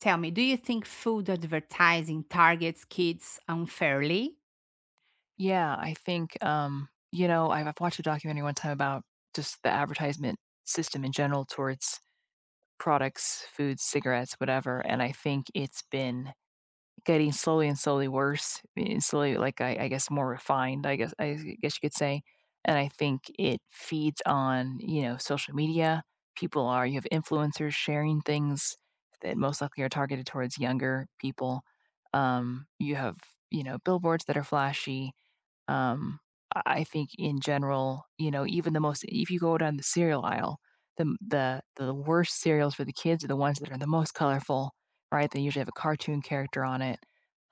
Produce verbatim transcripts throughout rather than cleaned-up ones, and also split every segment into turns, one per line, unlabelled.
Tell me, do you think food advertising targets kids unfairly?
Yeah, I think, um, you know, I've I've watched a documentary one time about just the advertisement system in general towards products, foods, cigarettes, whatever, and I think it's been getting slowly and slowly worse, and slowly, like, I I guess more refined, I guess I guess you could say, and I think it feeds on, you know, social media. People are You have influencers sharing things that most likely are targeted towards younger people. Um, you have, you know, billboards that are flashy. um, I I think in general, you know, even the most if you go down the cereal aisle, the the the worst cereals for the kids are the ones that are the most colorful, right? They usually have a cartoon character on it,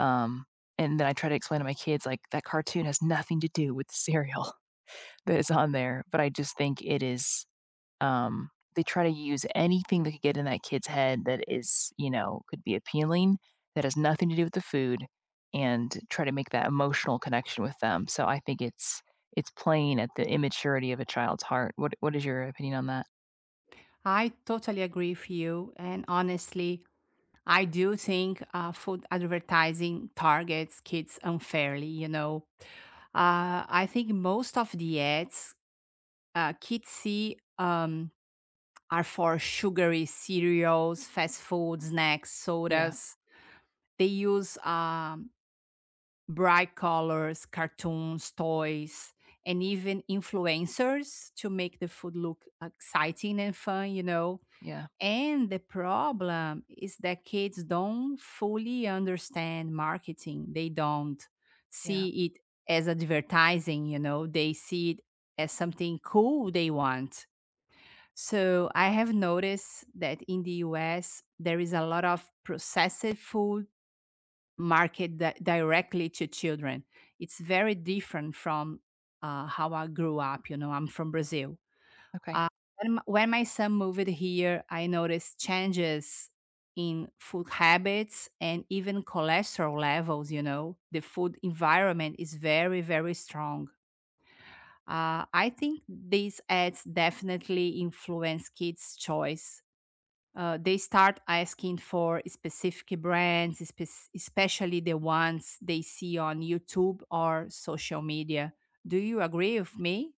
um, and then I try to explain to my kids, like, "That cartoon has nothing to do with the cereal that is on there," but I just think it is, um, they try to use anything that could get in that kid's head that is, you know, could be appealing, that has nothing to do with the food, and try to make that emotional connection with them. So I think it's it's playing at the immaturity of a child's heart. What what is your opinion on that?
I totally agree with you. And honestly, I do think uh, food advertising targets kids unfairly. You know, uh, I think most of the ads uh, kids see um, are for sugary cereals, fast food, snacks,
Yeah.
sodas. They use um, bright colors, cartoons, toys, and even influencers to make the food look exciting and fun, you know.
Yeah.
And the problem is that kids don't fully understand marketing. They don't
Yeah.
see it as advertising, you know, they see it as something cool they want. So I have noticed that in the U S, there is a lot of processed food market di- directly to children. It's very different from uh, how I grew up. You know, I'm from Brazil.
Okay.
Uh, when, m- when my son moved here, I noticed changes in food habits and even cholesterol levels. You know, the food environment is very, very strong. Uh, I think this ads definitely influence kids' choice, uh, they start asking for specific brands, espe- especially the ones they see on YouTube or social media. Do you agree with me?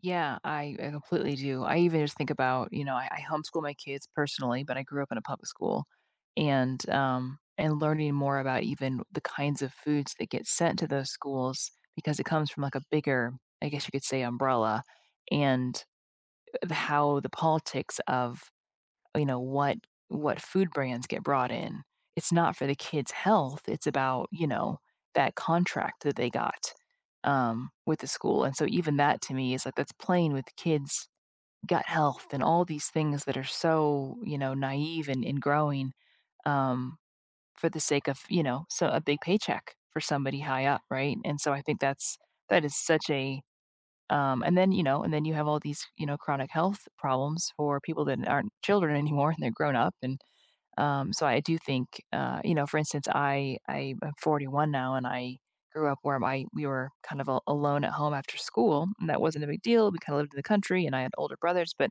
Yeah, I, I completely do. I even just think about, you know, I, I homeschool my kids personally, but I grew up in a public school, and um and learning more about even the kinds of foods that get sent to those schools, because it comes from like a bigger, I guess you could say, umbrella, and the- how the politics of, you know, what what food brands get brought in. It's not for the kids' health, it's about, you know, that contract that they got, um, with the school, and so even that to me is like, that's playing with kids' gut health and all these things that are so, you know, naive and and growing, um, for the sake of, you know, so a big paycheck for somebody high up, right? And so I think that's that is such a, um, and then, you know, and then you have all these, you know, chronic health problems for people that aren't children anymore and they're grown up, and um, so I do think, uh, you know, for instance, I I am forty-one now, and I grew up where my we were kind of al- alone at home after school, and that wasn't a big deal. We kind of lived in the country, and I had older brothers, but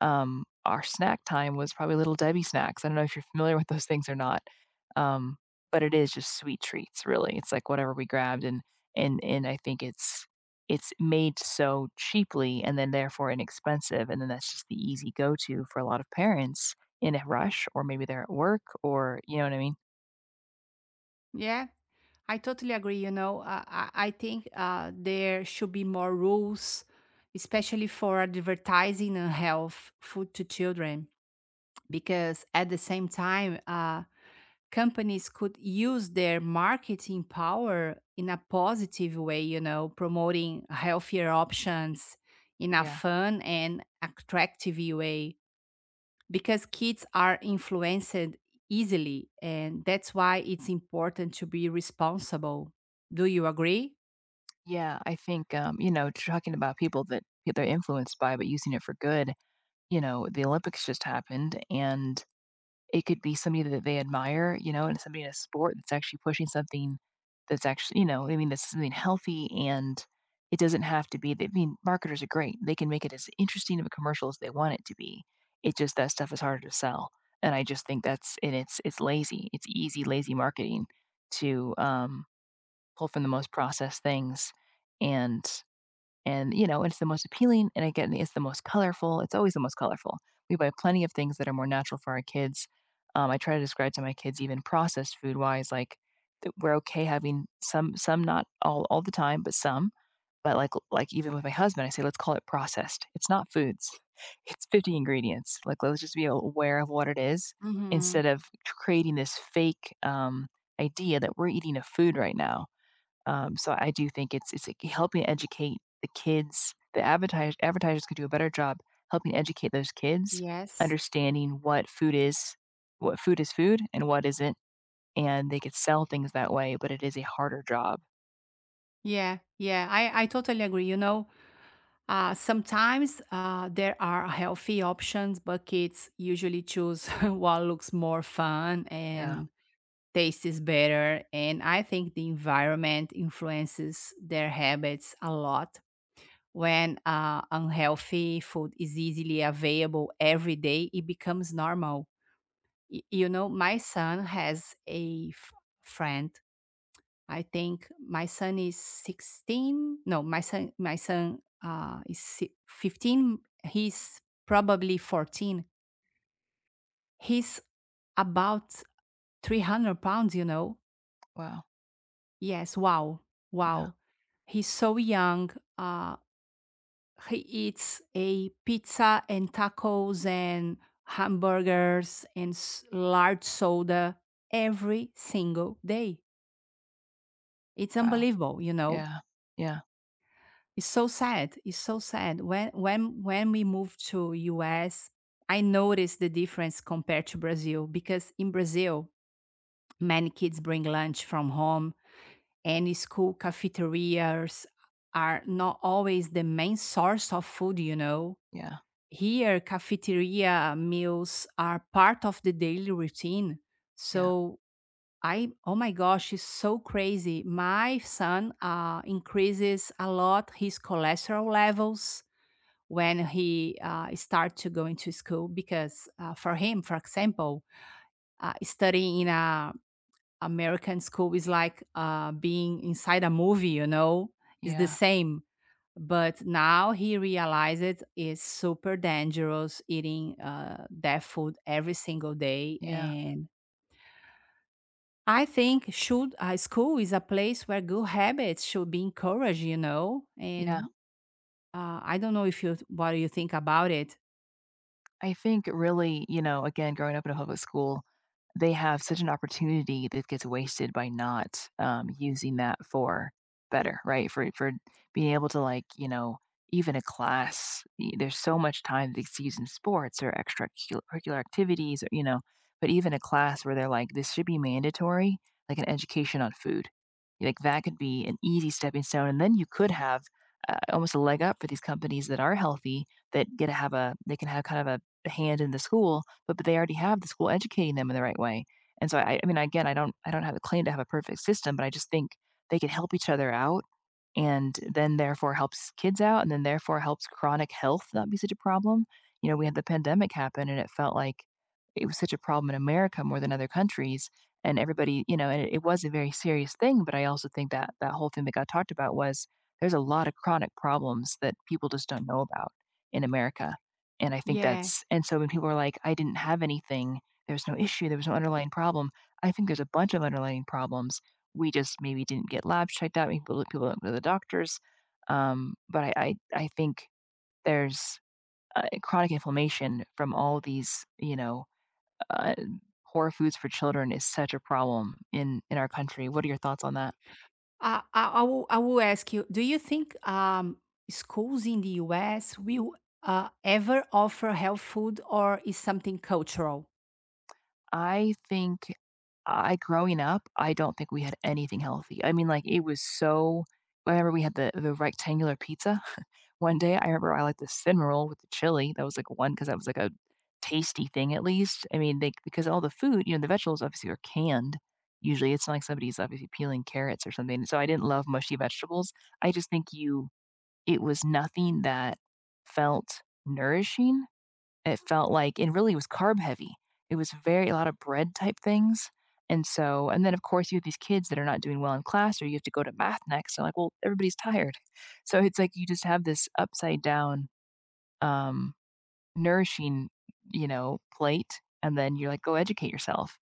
um, our snack time was probably Little Debbie snacks. I don't know if you're familiar with those things or not, um, but it is just sweet treats, really. It's like whatever we grabbed, and and and I think it's it's made so cheaply and then therefore inexpensive, and then that's just the easy go to for a lot of parents in a rush, or maybe they're at work, or you know what I mean?
Yeah, I totally agree. You know, uh, I, I think uh, there should be more rules, especially for advertising and health food to children, because at the same time, uh, companies could use their marketing power in a positive way, you know, promoting healthier options in a
Yeah,
fun and attractive way because kids are influenced easily. And that's why it's important to be responsible. Do you agree?
yeah. I think, um, you know talking about people that they're influenced by, but using it for good. You know, the Olympics just happened, and it could be somebody that they admire, you know, and somebody in a sport that's actually pushing something that's actually, you know, I mean, that's something healthy, and it doesn't have to be I mean, marketers are great. They can make it as interesting of a commercial as they want it to be. It just that stuff is harder to sell. And I just think that's and it's it's lazy. It's easy, lazy marketing to um pull from the most processed things, and and, you know, it's the most appealing, and again, it's the most colorful. It's always the most colorful. We buy plenty of things that are more natural for our kids. Um, I try to describe to my kids even processed food wise, like, that we're okay having some, some not all all the time, but some. But like like even with my husband, I say let's call it processed. It's not foods. It's fifty ingredients. Like, let's just be aware of what it is
hmm
instead of creating this fake, um, idea that we're eating a food right now. Um, so I do think it's it's like, helping educate the kids. The advertisers advertisers could do a better job helping educate those kids,
Yes.
understanding what food is, what food is food and what isn't, and they could sell things that way. But it is a harder job.
Yeah. Yeah. I, I totally agree. You know, Uh, sometimes uh, there are healthy options, but kids usually choose what looks more fun
Yeah.
and tastes better. And I think the environment influences their habits a lot. When uh, unhealthy food is easily available every day, it becomes normal. Y- you know, my son has a f- friend. I think my son is sixteen. No, my son my son uh, is si- fifteen. He's probably fourteen. He's about three hundred pounds, you know.
Wow.
Yes, wow.
Yeah.
Wow. He's so young. Uh, he eats a pizza and tacos and hamburgers and s- large soda every single day. It's
Wow.
unbelievable, you know.
Yeah. Yeah.
It's so sad. It's so sad. When when when we moved to U S, I noticed the difference compared to Brazil because in Brazil, many kids bring lunch from home and school cafeterias are not always the main source of food, you know.
Yeah.
Here, cafeteria meals are part of the daily routine.
Yeah.
So I oh my gosh, it's so crazy. My son uh, increases a lot his cholesterol levels when he uh, started to going to school because uh, for him, for example, uh, studying in a American school is like uh, being inside a movie, you know, it's the
Yeah.
same. But now he realizes it's super dangerous eating uh, that food every single day.
Yeah.
And I think should uh, school is a place where good habits should be encouraged, you know.
Yeah.
And uh, I don't know if you what you think about it.
I think really, you know, again, growing up in a public school, they have such an opportunity that gets wasted by not, um, using that for better, right? For for being able to, like, you know, even a class, y- there's so much time that's used in sports or extracurricular activities, or, you know, but even a class where they're like, this should be mandatory, like an education on food, like that could be an easy stepping stone, and then you could have, uh, almost a leg up for these companies that are healthy, that get to have a they can have kind of a hand in the school, but but they already have the school educating them in the right way. And so I I mean, again, I don't I don't have a claim to have a perfect system, but I just think they can help each other out, and then therefore helps kids out, and then therefore helps chronic health not be such a problem. You know, we had the pandemic happen and it felt like it was such a problem in America more than other countries. And everybody, you know, and it, it was a very serious thing, but I also think that that whole thing that got talked about was there's a lot of chronic problems that people just don't know about in America. And I think
Yeah,
that's and so when people are like, "I didn't have anything. There's no issue. There was no underlying problem." I think there's a bunch of underlying problems. We just maybe didn't get labs checked out. Maybe people people don't go to the doctors. Um, but I, I, I think there's, uh, chronic inflammation from all these, you know, uh, poor foods for children is such a problem in in our country. What are your thoughts on that?
I, I, I will, I will ask you, do you think um, schools in the U S will uh, ever offer health food or is something cultural?
I think I growing up, I don't think we had anything healthy. I mean, like it was so I remember we had the the rectangular pizza one day. I remember I liked the cinnamon roll with the chili. That was like one because that was like a tasty thing at least. I mean, they because all the food, you know, the vegetables obviously are canned. Usually it's not like somebody's obviously peeling carrots or something. So I didn't love mushy vegetables. I just think you it was nothing that felt nourishing it felt like and really was carb heavy. It was very a lot of bread type things. And so, and then of course you have these kids that are not doing well in class, or you have to go to math next. So like, well, everybody's tired. So it's like you just have this upside down, um, nourishing, you know, plate. And then you're like, go educate yourself.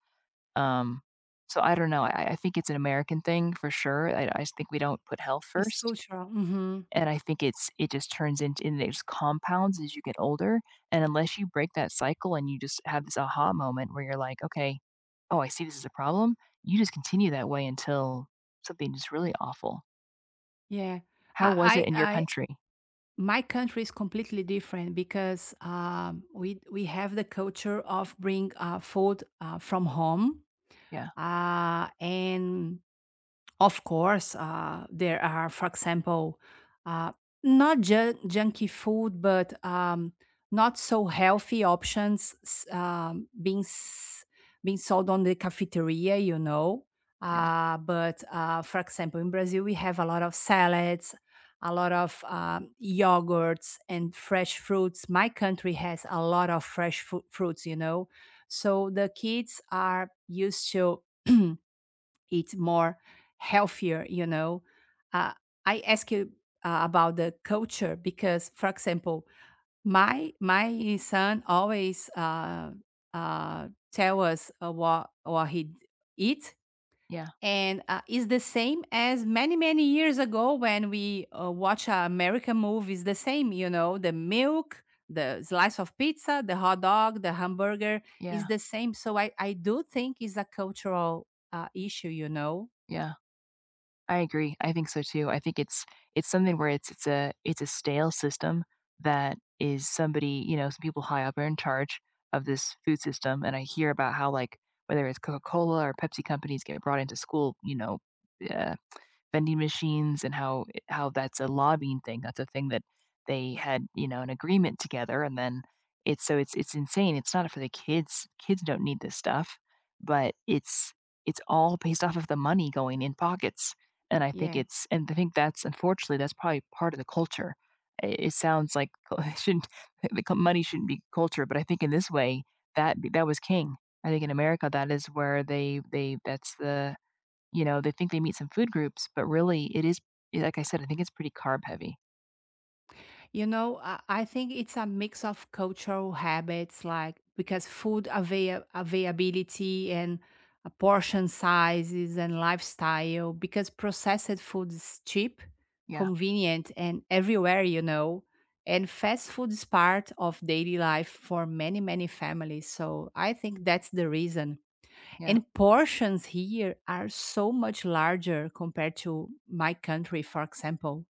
Um, so I don't know. I, I think it's an American thing for sure. I, I just think we don't put health
It's
first.
cultural. hmm
And I think it's it just turns into and it just compounds as you get older, and unless you break that cycle and you just have this aha moment where you're like, "Okay, oh, I see this is a problem," you just continue that way until something is really awful.
Yeah.
How was
I,
it in
I,
your
I,
country?
my country is completely different because um, we, we have the culture of bring uh, food uh, from home.
Yeah,
Uh, and of course, uh, there are, for example, uh, not ju- junky food, but um, not so healthy options s- um, being s- being sold on the cafeteria, you know.
yeah,
Uh, but uh, for example, in Brazil, we have a lot of salads, a lot of um, yogurts, and fresh fruits. My country has a lot of fresh fu- fruits, you know. So the kids are used to. It's more healthier, you know. Uh, I ask you uh, about the culture because, for example, my my son always uh, uh, tell us uh, what what he eat,
yeah,
and uh, is the same as many many years ago when we uh, watch uh, American movies. The same, you know, the milk, the slice of pizza, the hot dog, the hamburger is
yeah,
the same. So I I do think it's a cultural uh, issue, you know.
yeah. I agree, I think so too. I think it's it's something where it's it's a it's a stale system that is somebody, you know, some people high up are in charge of this food system, and I hear about how, like, whether it's Coca-Cola or Pepsi companies get brought into school, you know, uh vending machines and how how that's a lobbying thing. That's a thing that they had, you know, an agreement together, and then it's so it's it's insane. It's not for the kids. Kids don't need this stuff, but it's it's all based off of the money going in pockets. And I think
Yeah.
it's and I think that's unfortunately that's probably part of the culture. I- It sounds like it shouldn't the co- money shouldn't be culture, but I think in this way that that was king. I think in America that is where they they that's the, you know, they think they meet some food groups, but really it is, eh, like I said, I think it's pretty carb heavy.
You know, I, I think it's a mix of cultural habits, like because food avail- availability and uh, portion sizes and lifestyle, because processed food is cheap,
Yeah,
convenient, and everywhere, you know. And fast food is part of daily life for many, many families. So I think that's the reason.
yeah,
And portions here are so much larger compared to my country, for example.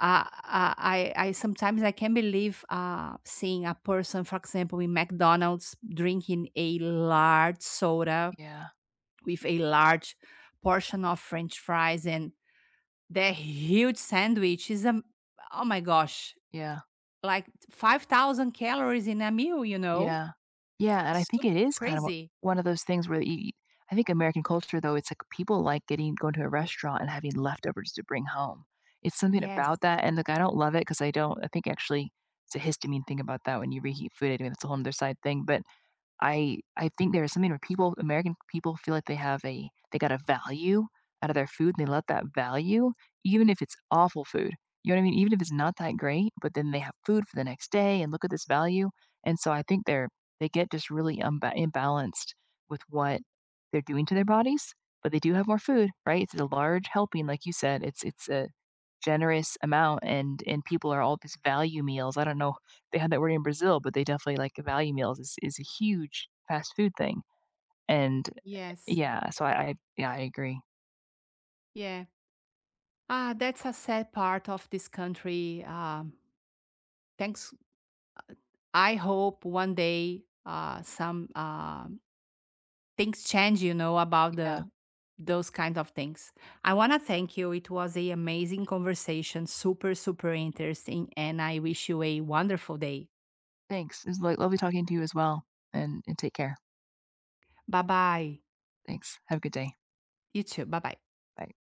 Uh, uh, I, I sometimes I can't believe uh, seeing a person, for example, in McDonald's drinking a large soda
yeah,
with a large portion of French fries and the huge sandwich is a oh my gosh,
yeah,
like five thousand calories in a meal. You know,
yeah. Yeah, and I
so
think it is kind of
crazy.
one of those things where you I think American culture though, it's like people like getting going to a restaurant and having leftovers to bring home. It's something
Yes,
about that, and look, I don't love it because I don't I think actually it's a histamine thing about that when you reheat food, anyway, that's a whole other side thing, but I I think there is something where people American people feel like they have a they got a value out of their food, and they let that value, even if it's awful food, you know what I mean? Even if it's not that great, but then they have food for the next day, and look at this value, and so I think they're they get just really unba imbalanced with what they're doing to their bodies, but they do have more food, right? It's a large helping, like you said, it's it's a generous amount, and and people are all these value meals, I don't know they had that word in Brazil, but they definitely like value meals is is a huge fast food thing. And
yes,
yeah, so I, I yeah, I agree.
yeah. Ah, that's a sad part of this country. Um, thanks. I hope one day uh, some. Uh, things change, you know, about
Yeah.
the those kind of things. I want to thank you. It was a amazing conversation, super super interesting, and I wish you a wonderful day.
Thanks. It was like lovely talking to you as well. And and take care.
Bye bye.
Thanks. Have a good day.
You too. Bye bye.
Bye.